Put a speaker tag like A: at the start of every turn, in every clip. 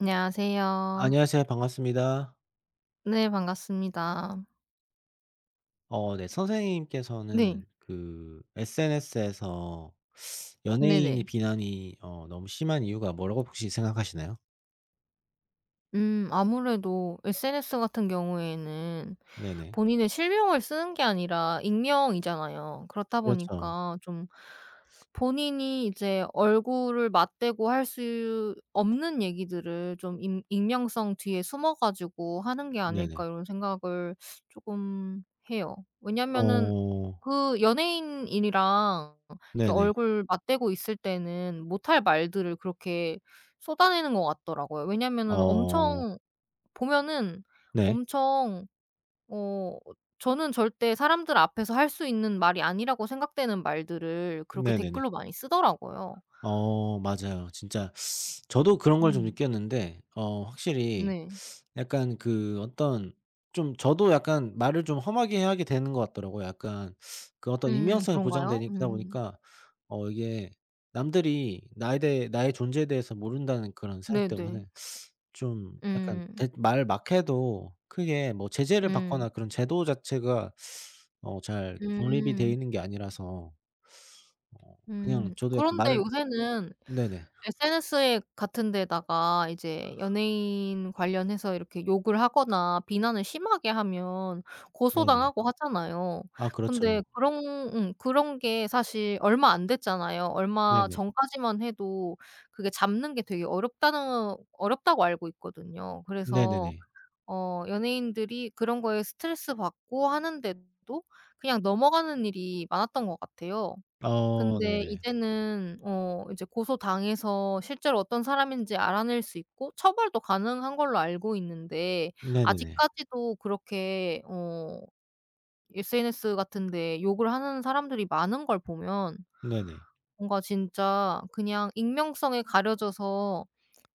A: 안녕하세요.
B: 안녕하세요. 반갑습니다.
A: 네. 반갑습니다.
B: 네,
A: 네.
B: 선생님께서는 그 SNS에서 연예인
A: 네네.
B: 비난이 너무 심한 이유가 뭐라고 혹시 생각하시나요?
A: 아무래도 SNS 같은 경우에는
B: 네네.
A: 본인의 실명을 쓰는 게 아니라 익명이잖아요. 그렇다
B: 그렇죠.
A: 보니까 좀 본인이 이제 얼굴을 맞대고 할 수 없는 얘기들을 좀 익 '익명성 뒤에 숨어 가지고 하는 게 아닐까.'
B: 네네.
A: 이런 생각을 조금 해요. 왜냐면은
B: 어
A: 그 연예인이랑 이렇게
B: 네네.
A: 얼굴 맞대고 있을 때는 못할 말들을 그렇게 쏟아내는 것 같더라고요. 왜냐면은
B: 어
A: 엄청 보면은
B: 네.
A: 엄청 어 저는 절대 사람들 앞에서 할 수 있는 말이 아니라고 생각되는 말들을 그렇게
B: 네네네.
A: 댓글로 많이 쓰더라고요.
B: 맞아요. 진짜 저도 그런 걸 좀
A: 음.
B: 느꼈는데 확실히
A: 네.
B: 약간 그 어떤, 좀 저도 약간 말을 좀 험하게 하게 되는 것 같더라고요. 약간 그 어떤 익명성이
A: 그런가요?
B: 보장되다
A: 음.
B: 보니까 이게 남들이 나에 대해 나의 존재에 대해서 모른다는 그런 생각
A: 네네.
B: 때문에 좀 약간
A: 음.
B: 대 말막 해도 크게 뭐 제재를
A: 음.
B: 받거나 그런 제도 자체가 잘 정립이 되어
A: 음.
B: 있는 게 아니라서 그냥
A: 음.
B: 저도 약간
A: 그런데
B: 말을.
A: 요새는
B: 네네.
A: SNS 같은 데다가 이제 연예인 관련해서 이렇게 욕을 하거나 비난을 심하게 하면
B: 네네.
A: 고소당하고 하잖아요.
B: 아
A: 근데
B: 그렇죠.
A: 그런 게 사실 얼마 안 됐잖아요. 얼마
B: 네네.
A: 전까지만 해도 그게 잡는 게 되게 어렵다는 어렵다고 알고 있거든요. 그래서
B: 네네네.
A: 연예인들이 그런 거에 스트레스받고 하는데도 그냥 넘어가는 일이 많았던 것 같아요. 근데
B: 네네.
A: 이제는 이제 고소당해서 실제로 어떤 사람인지 알아낼 수 있고 처벌도 가능한 걸로 알고 있는데
B: 네네네.
A: 아직까지도 그렇게 SNS 같은 데 욕을 하는 사람들이 많은 걸 보면
B: 네네.
A: 뭔가 진짜 그냥 익명성에 가려져서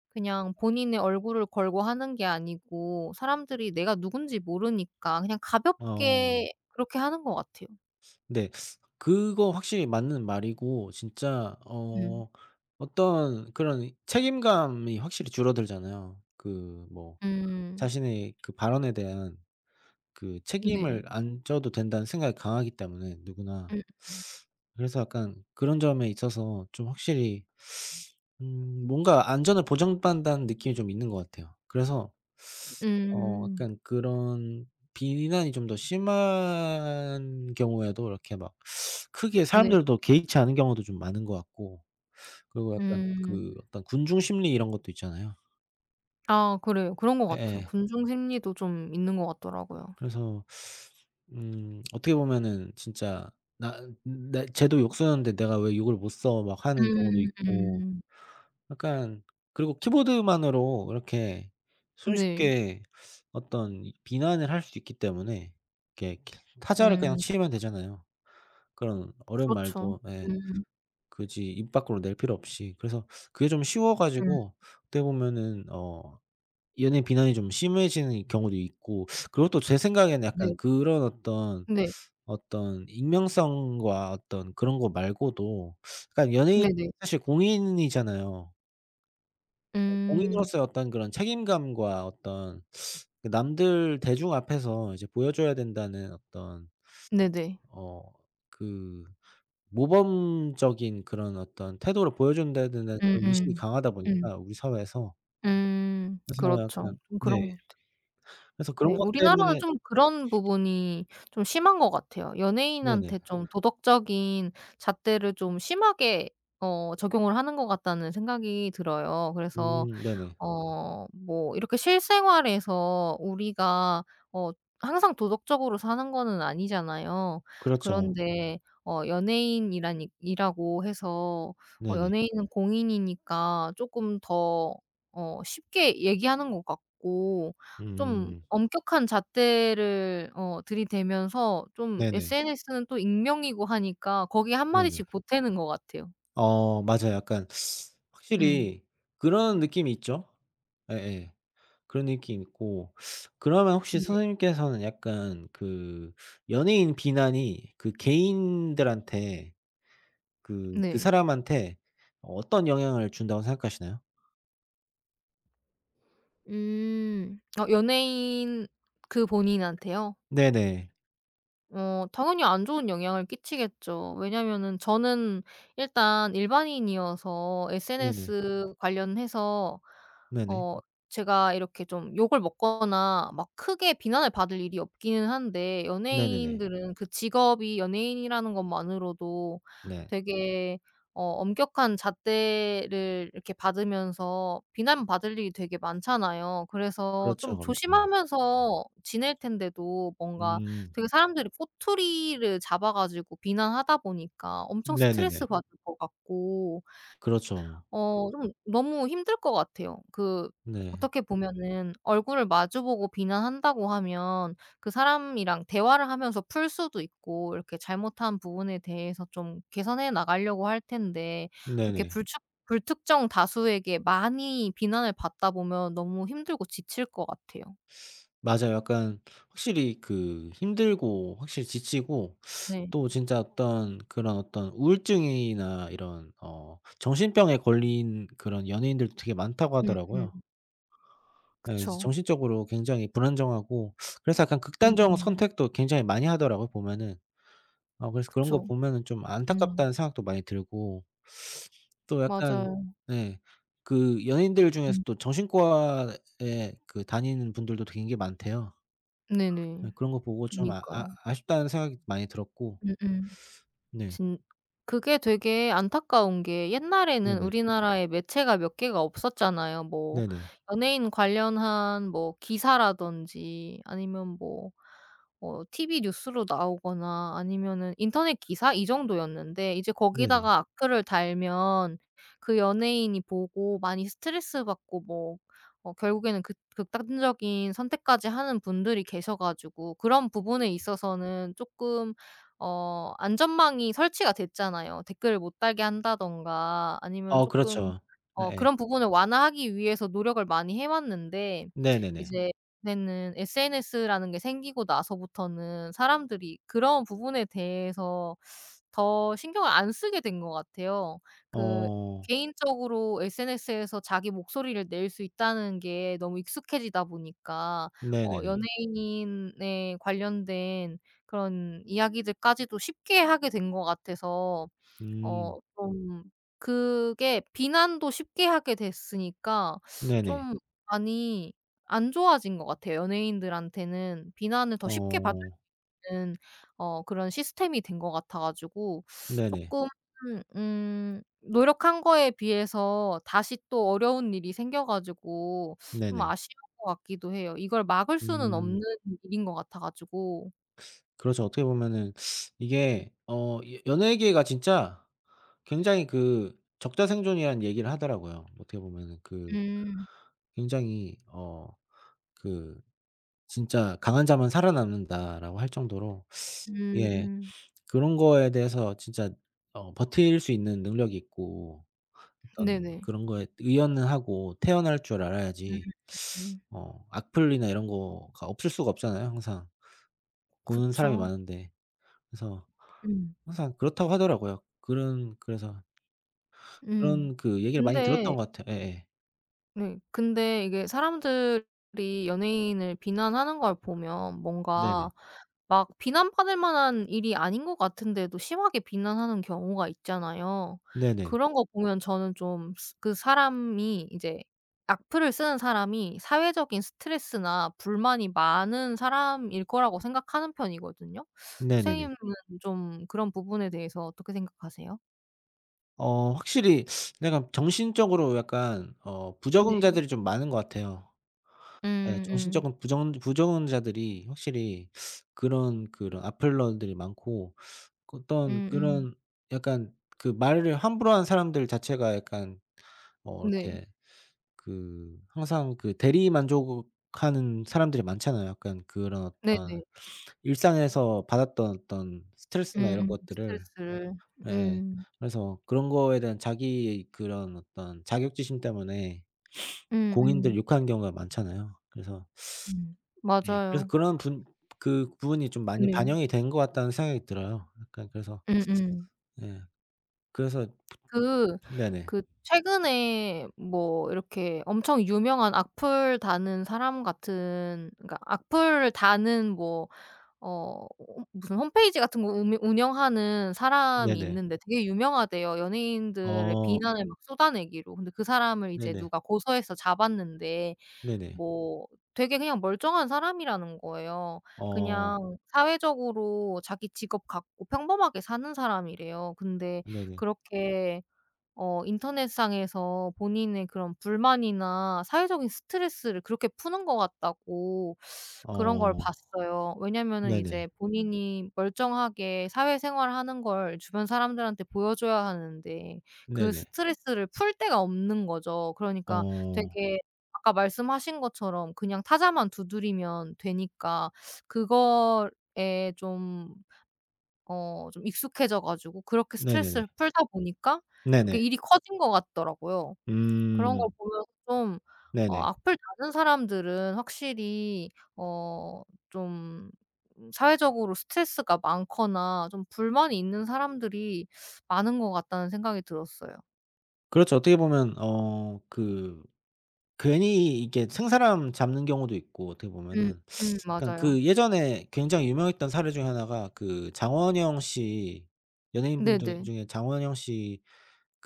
A: 그냥 본인의 얼굴을 걸고 하는 게 아니고 사람들이 내가 누군지 모르니까 그냥
B: 어.
A: 가볍게 그렇게 하는 것 같아요.
B: 네. 그거 확실히 맞는 말이고, 진짜
A: 음.
B: 어떤 그런 책임감이 확실히 줄어들잖아요. 그 뭐
A: 음.
B: 자신의 그 발언에 대한 그 책임을
A: 네.
B: 안 져도 된다는 생각이 강하기 때문에, 누구나.
A: 음
B: 그래서 약간 그런 점에 있어서 좀 확실히 뭔가 안전을 보장받는다는 느낌이 좀 있는 것 같아요. 그래서
A: 음.
B: 약간 그런 비난이 좀 더 심한 경우에도 이렇게 막 크게
A: 네.
B: 사람들도 개의치 않은 경우도 좀 많은 것 같고, 그리고 약간 그
A: 음.
B: 어떤 군중 심리 이런 것도 있잖아요.
A: 아 그래요. 그런 것 같아요.
B: 예예.
A: 군중 심리도 좀 있는 것 같더라고요.
B: 그래서 어떻게 보면은 진짜 나 쟤도 욕 쓰는데 내가 왜 욕을 못 써 막 하는 경우도
A: 음
B: 있고,
A: 음.
B: 약간 그리고 키보드만으로 이렇게
A: 네.
B: 손쉽게 어떤 이 비난을 할 수 있기 때문에, 이렇게 키 타자를 그냥
A: 음
B: 치면 되잖아요. 그런 어려운
A: 그렇죠.
B: 말도, 예,
A: 음
B: 굳이 입 밖으로 낼 필요 없이. 그래서 그게 좀 쉬워
A: 음
B: 가지고 어떻게 보면은 연예인 비난이 좀 심해지는 경우도 있고, 그리고 또 제 생각에는
A: 네.
B: 약간 그런 어떤,
A: 네.
B: 어떤 익명성과 어떤 그런 거 말고도, 그러니까 연예인
A: 네네.
B: 사실 공인이잖아요.
A: 음
B: 공인으로서의 어떤 그런 책임감과 어떤 그 남들 대중 앞에서 이제 보여줘야 된다는 어떤
A: 네네.
B: 어 그 모범적인 그런 어떤 태도를 보여준다는 그런 인식이
A: 음음.
B: 강하다
A: 음.
B: 보니까 우리 사회에서. 그래서
A: 그렇죠.
B: 약간
A: 좀
B: 네.
A: 그런 것 같아요.
B: 그래서 그런
A: 네.
B: 것
A: 우리나라는
B: 때문에.
A: 좀 그런 부분이 좀 심한 것 같아요.
B: 네네.
A: 연예인한테 좀 도덕적인 잣대를 좀 심하게 적용을 하는 것 같다는 생각이 들어요. 그래서
B: 네네.
A: 뭐 이렇게 실생활에서 우리가 어 항상 도덕적으로 사는 거는 아니잖아요.
B: 그렇죠.
A: 그런데 어 연예인이라니 이라고 해서
B: 네네.
A: 연예인은 공인이니까 조금 더 쉽게 얘기하는 것 같고 좀
B: 음.
A: 엄격한 잣대를 들이대면서 좀
B: 네네.
A: SNS는 또 익명이고 하니까 거기에
B: 네네.
A: 마디씩 보태는 것 같아요.
B: 맞아요. 약간
A: 음.
B: 확실히 그런 느낌이 있죠. 예예. 그런 느낌이 있고. 그러면 혹시
A: 네.
B: 선생님께서는 약간 그 연예인 비난이 그 개인들한테, 그
A: 네.
B: 사람한테 어떤 영향을 준다고 생각하시나요?
A: 음. 연예인 그 본인한테요?
B: 네네.
A: 당연히 안 좋은 영향을 끼치겠죠. 왜냐면은 저는 일단 일반인이어서
B: 네네.
A: SNS 관련해서
B: 네네.
A: 어 제가 이렇게 좀 욕을 먹거나 막 크게 비난을 받을 일이 없기는 한데
B: 네네네.
A: 연예인들은 그 직업이 연예인이라는 것만으로도
B: 네.
A: 되게 엄격한 잣대를 이렇게 받으면서 비난받을 일이 되게 많잖아요. 그래서 좀
B: 그렇죠, 그렇죠.
A: 조심하면서 지낼 텐데도 뭔가
B: 음.
A: 되게 사람들이 꼬투리를 잡아 가지고 비난하다 보니까 엄청 스트레스
B: 네네네.
A: 받을 것 같고
B: 그렇죠.
A: 좀 너무 힘들 것 같아요. 그
B: 네.
A: 어떻게 보면은 얼굴을 마주 보고 비난한다고 하면 그 사람이랑 대화를 하면서 풀 수도 있고 이렇게 잘못한 부분에 대해서 좀 개선해 나가려고 할 텐데 이렇게
B: 네네.
A: 불축 불특정 다수에게 많이 비난을 받다 보면 너무 힘들고 지칠 것 같아요.
B: 맞아요. 약간 확실히 그 힘들고, 확실히 지치고,
A: 네.
B: 또 진짜 어떤 그런 어떤 우울증이나 이런 정신병에 걸린 그런 연예인들도 되게 많다고 하더라고요.
A: 음음.
B: 예, 이제
A: 그쵸.
B: 정신적으로 굉장히 불안정하고, 그래서 약간 극단적
A: 음음.
B: 선택도 굉장히 많이 하더라고요, 보면은. 그래서 그런 거
A: 그쵸.
B: 보면은 좀
A: 음.
B: 안타깝다는 생각도 많이 들고, 또 약간,
A: 맞아요.
B: 네, 그 연예인들 중에서
A: 음.
B: 또 정신과에 그 다니는 분들도 되게 많대요.
A: 네네.
B: 예, 그런 거 보고 좀
A: 그니까요.
B: 아쉽다는 생각이 많이 들었고.
A: 음음.
B: 네.
A: 진 그게 되게 안타까운 게 옛날에는
B: 네네.
A: 우리나라에 매체가 몇 개가 없었잖아요. 뭐
B: 네네.
A: 연예인 관련한 뭐 기사라든지 아니면 뭐 TV 뉴스로 나오거나 아니면은 인터넷 기사 이 정도였는데 이제
B: 네네.
A: 거기다가 악플을 달면 그 연예인이 보고 많이 스트레스받고 뭐 결국에는 극 극단적인 선택까지 하는 분들이 계셔 가지고 그런 부분에 있어서는 쪼끔 안전망이 설치가 됐잖아요. 댓글을 못 달게 한다던가 아니면
B: 어
A: 조금
B: 그렇죠. 네.
A: 그런 부분을 완화하기 위해서 노력을 많이 해 왔는데
B: 네네네.
A: 이제 이제는 SNS라는 게 생기고 나서부터는 사람들이 그런 부분에 대해서 더 신경을 안 쓰게 된 것 같아요. 그
B: 어.
A: 개인적으로 SNS에서 자기 목소리를 낼 수 있다는 게 너무 익숙해지다 보니까
B: 네네네.
A: 연예인에 관련된 그런 이야기들까지도 쉽게 하게 된 것 같아서
B: 음.
A: 좀 그게 비난도 쉽게 하게 됐으니까
B: 네네.
A: 좀 많이 안 좋아진 것 같아요. 연예인들한테는 비난을 더 쉽게 받을
B: 어.
A: 있는 그런 시스템이 된 것 같아 가지고
B: 네네.
A: 쪼끔 노력한 거에 비해서 다시 또 어려운 일이 생겨 가지고 좀
B: 네네.
A: 아쉬운 것 같기도 해요. 이걸 막을 수는
B: 음.
A: 없는 일인 것 같아 가지고.
B: 그렇죠. 어떻게 보면은 이게 어 여 연예계가 진짜 굉장히 그 적자생존이라는 얘기를 하더라고요. 어떻게 보면은 그
A: 음.
B: 굉장히 그 진짜 "강한 자만 살아남는다."라고 할 정도로. 예,
A: 음음.
B: 그런 거에 대해서 진짜 버틸 수 있는 능력이 있고, 어떤
A: 네네.
B: 그런 거에 의연은 하고 태어날 줄
A: 음.
B: 알아야지.
A: 음.
B: 악플이나 이런 거가 없을 수가 없잖아요, 항상. 보는 사람이
A: 그쵸.
B: 많은데. 그래서
A: 음.
B: 항상 그렇다고 하더라고요. 그런 그래서
A: 음.
B: 그런 그 얘기를 많이
A: 근데
B: 들었던 것 같아요. 예예.
A: 네. 근데 이게 사람들이 연예인을 비난하는 걸 보면 뭔가
B: 네네.
A: 막 비난받을 만한 일이 아닌 것 같은데도 심하게 비난하는 경우가 있잖아요.
B: 네네.
A: 그런 거 보면 저는 좀 그 사람이 이제 악플을 쓰는 사람이 사회적인 스트레스나 불만이 많은 사람일 거라고 생각하는 편이거든요.
B: 네네네.
A: 선생님은 좀 그런 부분에 대해서 어떻게 생각하세요?
B: 확실히 내가 정신적으로 약간
A: 네.
B: 부적응자들이 좀 많은 것 같아요.
A: 음
B: 예.
A: 음.
B: 정신적인 부정 부적응자들이 확실히 그런 악플러들이 많고, 그 어떤
A: 음음.
B: 그런, 약간 그 말을 함부로 하는 사람들 자체가 약간
A: 네.
B: 이렇게 그 항상 그 대리 만족하는 사람들이 많잖아요. 약간 그런
A: 네네.
B: 어떤 일상에서 받았던 어떤 스트레스나 이런
A: 음음.
B: 것들을.
A: 스트레스를.
B: 예.
A: 음.
B: 그래서 그런 거에 대한 자기의 그런 어떤 자격지심 때문에 공인들
A: 음음.
B: 욕하는 경우가 많잖아요. 그래서,
A: 음.
B: 예, 그래서
A: 맞아요.
B: 그런 분 그 부분이 좀 많이
A: 네.
B: 반영이 된 것 같다는 생각이 들어요. 약간 그래서.
A: 음음.
B: 예. 그래서.
A: 그
B: 네네.
A: 그 최근에 뭐 이렇게 엄청 유명한 악플 다는 사람 같은 그러니까 악플을 다는 뭐 어 무슨 홈페이지 같은 거 운 운영하는 사람이
B: 네네.
A: 있는데 되게 유명하대요, 연예인들의
B: 어.
A: 비난을 막 쏟아내기로. 근데 그 사람을 이제
B: 네네.
A: 누가 고소해서 잡았는데
B: 네네.
A: 뭐 되게 그냥 멀쩡한 사람이라는 거예요.
B: 어.
A: 그냥 사회적으로 자기 직업 갖고 평범하게 사는 사람이래요. 근데
B: 네네.
A: 그렇게 인터넷상에서 본인의 그런 불만이나 사회적인 스트레스를 그렇게 푸는 것 같다고 그런 걸
B: 어.
A: 봤어요. 왜냐면은
B: 네네.
A: 이제 본인이 멀쩡하게 사회생활 하는 걸 주변 사람들한테 보여줘야 하는데 그
B: 네네.
A: 스트레스를 풀 데가 없는 거죠. 그러니까
B: 어.
A: 되게 아까 말씀하신 것처럼 그냥 타자만 두드리면 되니까 그거에 좀 익숙해져 가지고 그렇게
B: 네네네.
A: 스트레스를 풀다 보니까 그렇게
B: 네네.
A: 일이 커진 것 같더라고요. 그런 걸
B: 음.
A: 보면서 좀
B: 네네.
A: 악플 다는 사람들은 확실히 어 좀 사회적으로 스트레스가 많거나 좀 불만이 있는 사람들이 많은 것 같다는 생각이 들었어요.
B: 그렇죠. 어떻게 보면 괜히 이게 생사람 잡는 경우도 있고, 어떻게
A: 음
B: 보면은, 그러니까
A: 맞아요.
B: 그 예전에 굉장히 유명했던 사례 중에 하나가 그 장원영 씨, 연예인분 중
A: 네네.
B: 중에 장원영 씨,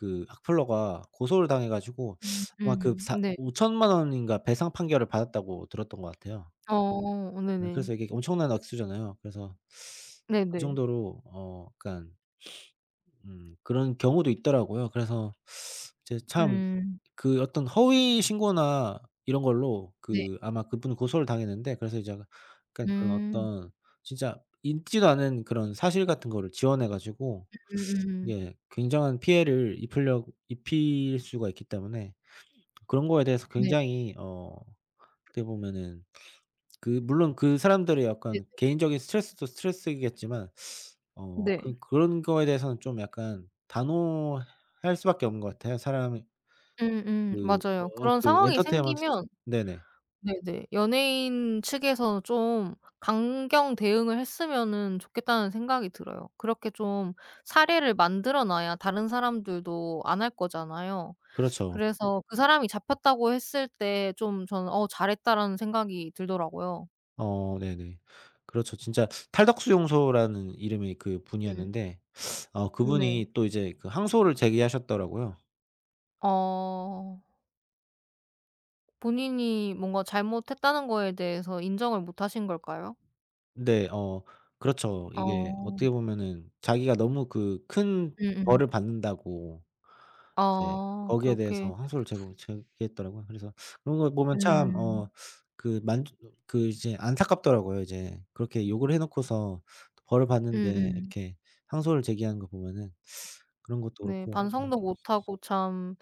B: 그 악플러가 고소를 당해 가지고 아마 그 사
A: 네.
B: 5천만 원인가 배상 판결을 받았다고 들었던 것 같아요.
A: 어
B: 네,
A: 네네.
B: 그래서 이게 엄청난 액수잖아요. 그래서 그
A: 네네.
B: 정도로 약간 그런 경우도 있더라고요. 그래서 이제 참
A: 음
B: 그 어떤 허위 신고나 이런 걸로
A: 네.
B: 그 아마 그분은 고소를 당했는데, 그래서 이제 약간 그런
A: 음.
B: 어떤 진짜 있지도 않은 그런 사실 같은 거를 지원해 가지고
A: 음음음.
B: 이게 굉장한 피해를 입으려 입힐 수가 있기 때문에, 그런 거에 대해서
A: 네.
B: 굉장히 어떻게 보면은 그 물론 그 사람들의
A: 네.
B: 약간 개인적인 스트레스도 스트레스이겠지만,
A: 네.
B: 그 그런 거에 대해서는 좀 약간 단호할 수밖에 없는 것 같아요. 사람이
A: 음음 맞아요. 그런
B: 그
A: 상황이
B: 엔터테인먼트.
A: 생기면
B: 네네.
A: 네네. 연예인 측에서 좀 강경 대응을 했으면은 좋겠다는 생각이 들어요. 그렇게 좀 사례를 만들어 놔야 다른 사람들도 안 할 거잖아요.
B: 그렇죠.
A: 그래서 그 사람이 잡혔다고 했을 때 좀 저는 '어 잘했다.'라는 생각이 들더라고요.
B: 네네. 그렇죠. 진짜 탈덕수용소라는 이름의 그
A: 음.
B: 분이었는데,
A: 네.
B: 그분이 또 이제 그 항소를 제기하셨더라고요.
A: 어. 본인이 뭔가 잘못했다는 거에 대해서 인정을 못 하신 걸까요?
B: 근데 그렇죠. 이게
A: 어.
B: 어떻게 보면은 자기가 너무 그 큰
A: 음음.
B: 벌을 받는다고, 이제
A: 아
B: 거기에
A: 그렇게
B: 대해서 항소를 제고 제기했더라고요. 그래서 그런 걸 보면 참
A: 음.
B: 어 그 만 그 이제 안타깝더라고요. 이제 그렇게 욕을 해 놓고서 벌을 받는데
A: 음음.
B: 이렇게 항소를 제기하는 거 보면은, 그런 것도
A: 네. 음.
B: 그렇고.
A: 반성도 못하고 참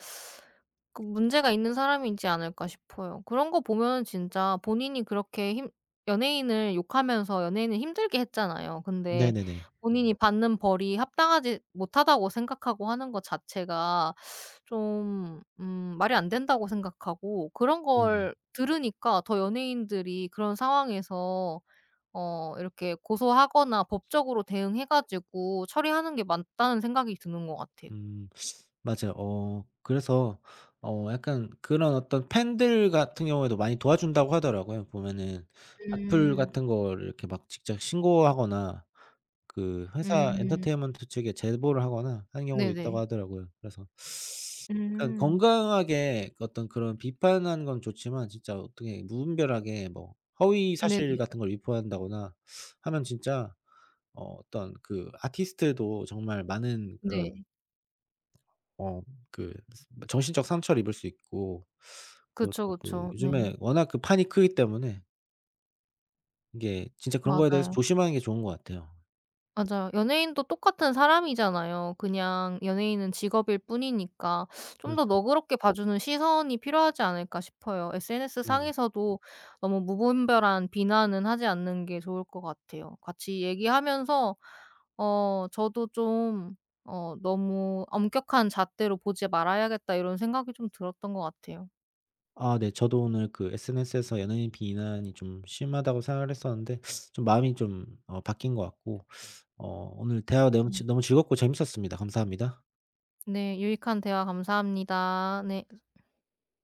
A: 그 문제가 있는 사람이지 않을까 싶어요. 그런 거 보면 진짜 본인이 그렇게 힘 연예인을 욕하면서 연예인을 힘들게 했잖아요. 근데
B: 네네네.
A: 본인이 받는 벌이 합당하지 못하다고 생각하고 하는 것 자체가 좀 말이 안 된다고 생각하고 그런
B: 네네.
A: 걸 들으니까 더 연예인들이 그런 상황에서 이렇게 고소하거나 법적으로 대응해 가지고 처리하는 게 맞다는 생각이 드는 것 같아요.
B: 음 맞아요. 그래서 약간 그런 어떤 팬들 같은 경우에도 많이 도와준다고 하더라고요, 보면은. 악플
A: 음.
B: 같은 거를 이렇게 막 직접 신고하거나 그 회사
A: 음.
B: 엔터테인먼트 측에 제보를 하거나 하는 경우도 있다고
A: 네네.
B: 하더라고요. 그래서 약간
A: 음.
B: 건강하게 그 어떤 그런 비판하는 건 좋지만, 진짜 어떻게 무분별하게 뭐 허위
A: 네네.
B: 사실 같은 걸 유포한다거나 하면 진짜 어떤 그 아티스트도 정말 많은 그런
A: 네.
B: 어 그 정신적 상처를 입을 수 있고, 그리고
A: 그쵸,
B: 또 그
A: 그쵸. 네.
B: 요즘에 워낙 그 판이 크기 때문에 이게 진짜 그런 거에 대해서
A: 맞아요.
B: 조심하는 게 좋은 것 같아요.
A: 맞아요. 연예인도 똑같은 사람이잖아요. 그냥 연예인은 직업일 뿐이니까 좀 더
B: 그렇죠.
A: 너그럽게 봐주는 시선이 필요하지 않을까 싶어요. SNS
B: 네네.
A: 상에서도 너무 무분별한 비난은 하지 않는 게 좋을 것 같아요. 같이 얘기하면서 저도 좀 '너무 엄격한 잣대로 보지 말아야겠다.' 이런 생각이 좀 들었던 것 같아요.
B: 아, 네. 저도 오늘 그 SNS에서 연예인 비난이 좀 심하다고 생각을 했었는데 좀 마음이 좀 바뀐 것 같고, 오늘 대화 너무
A: 음.
B: 즐 너무 즐겁고 재밌었습니다. 감사합니다.
A: 네. 유익한 대화 감사합니다. 네.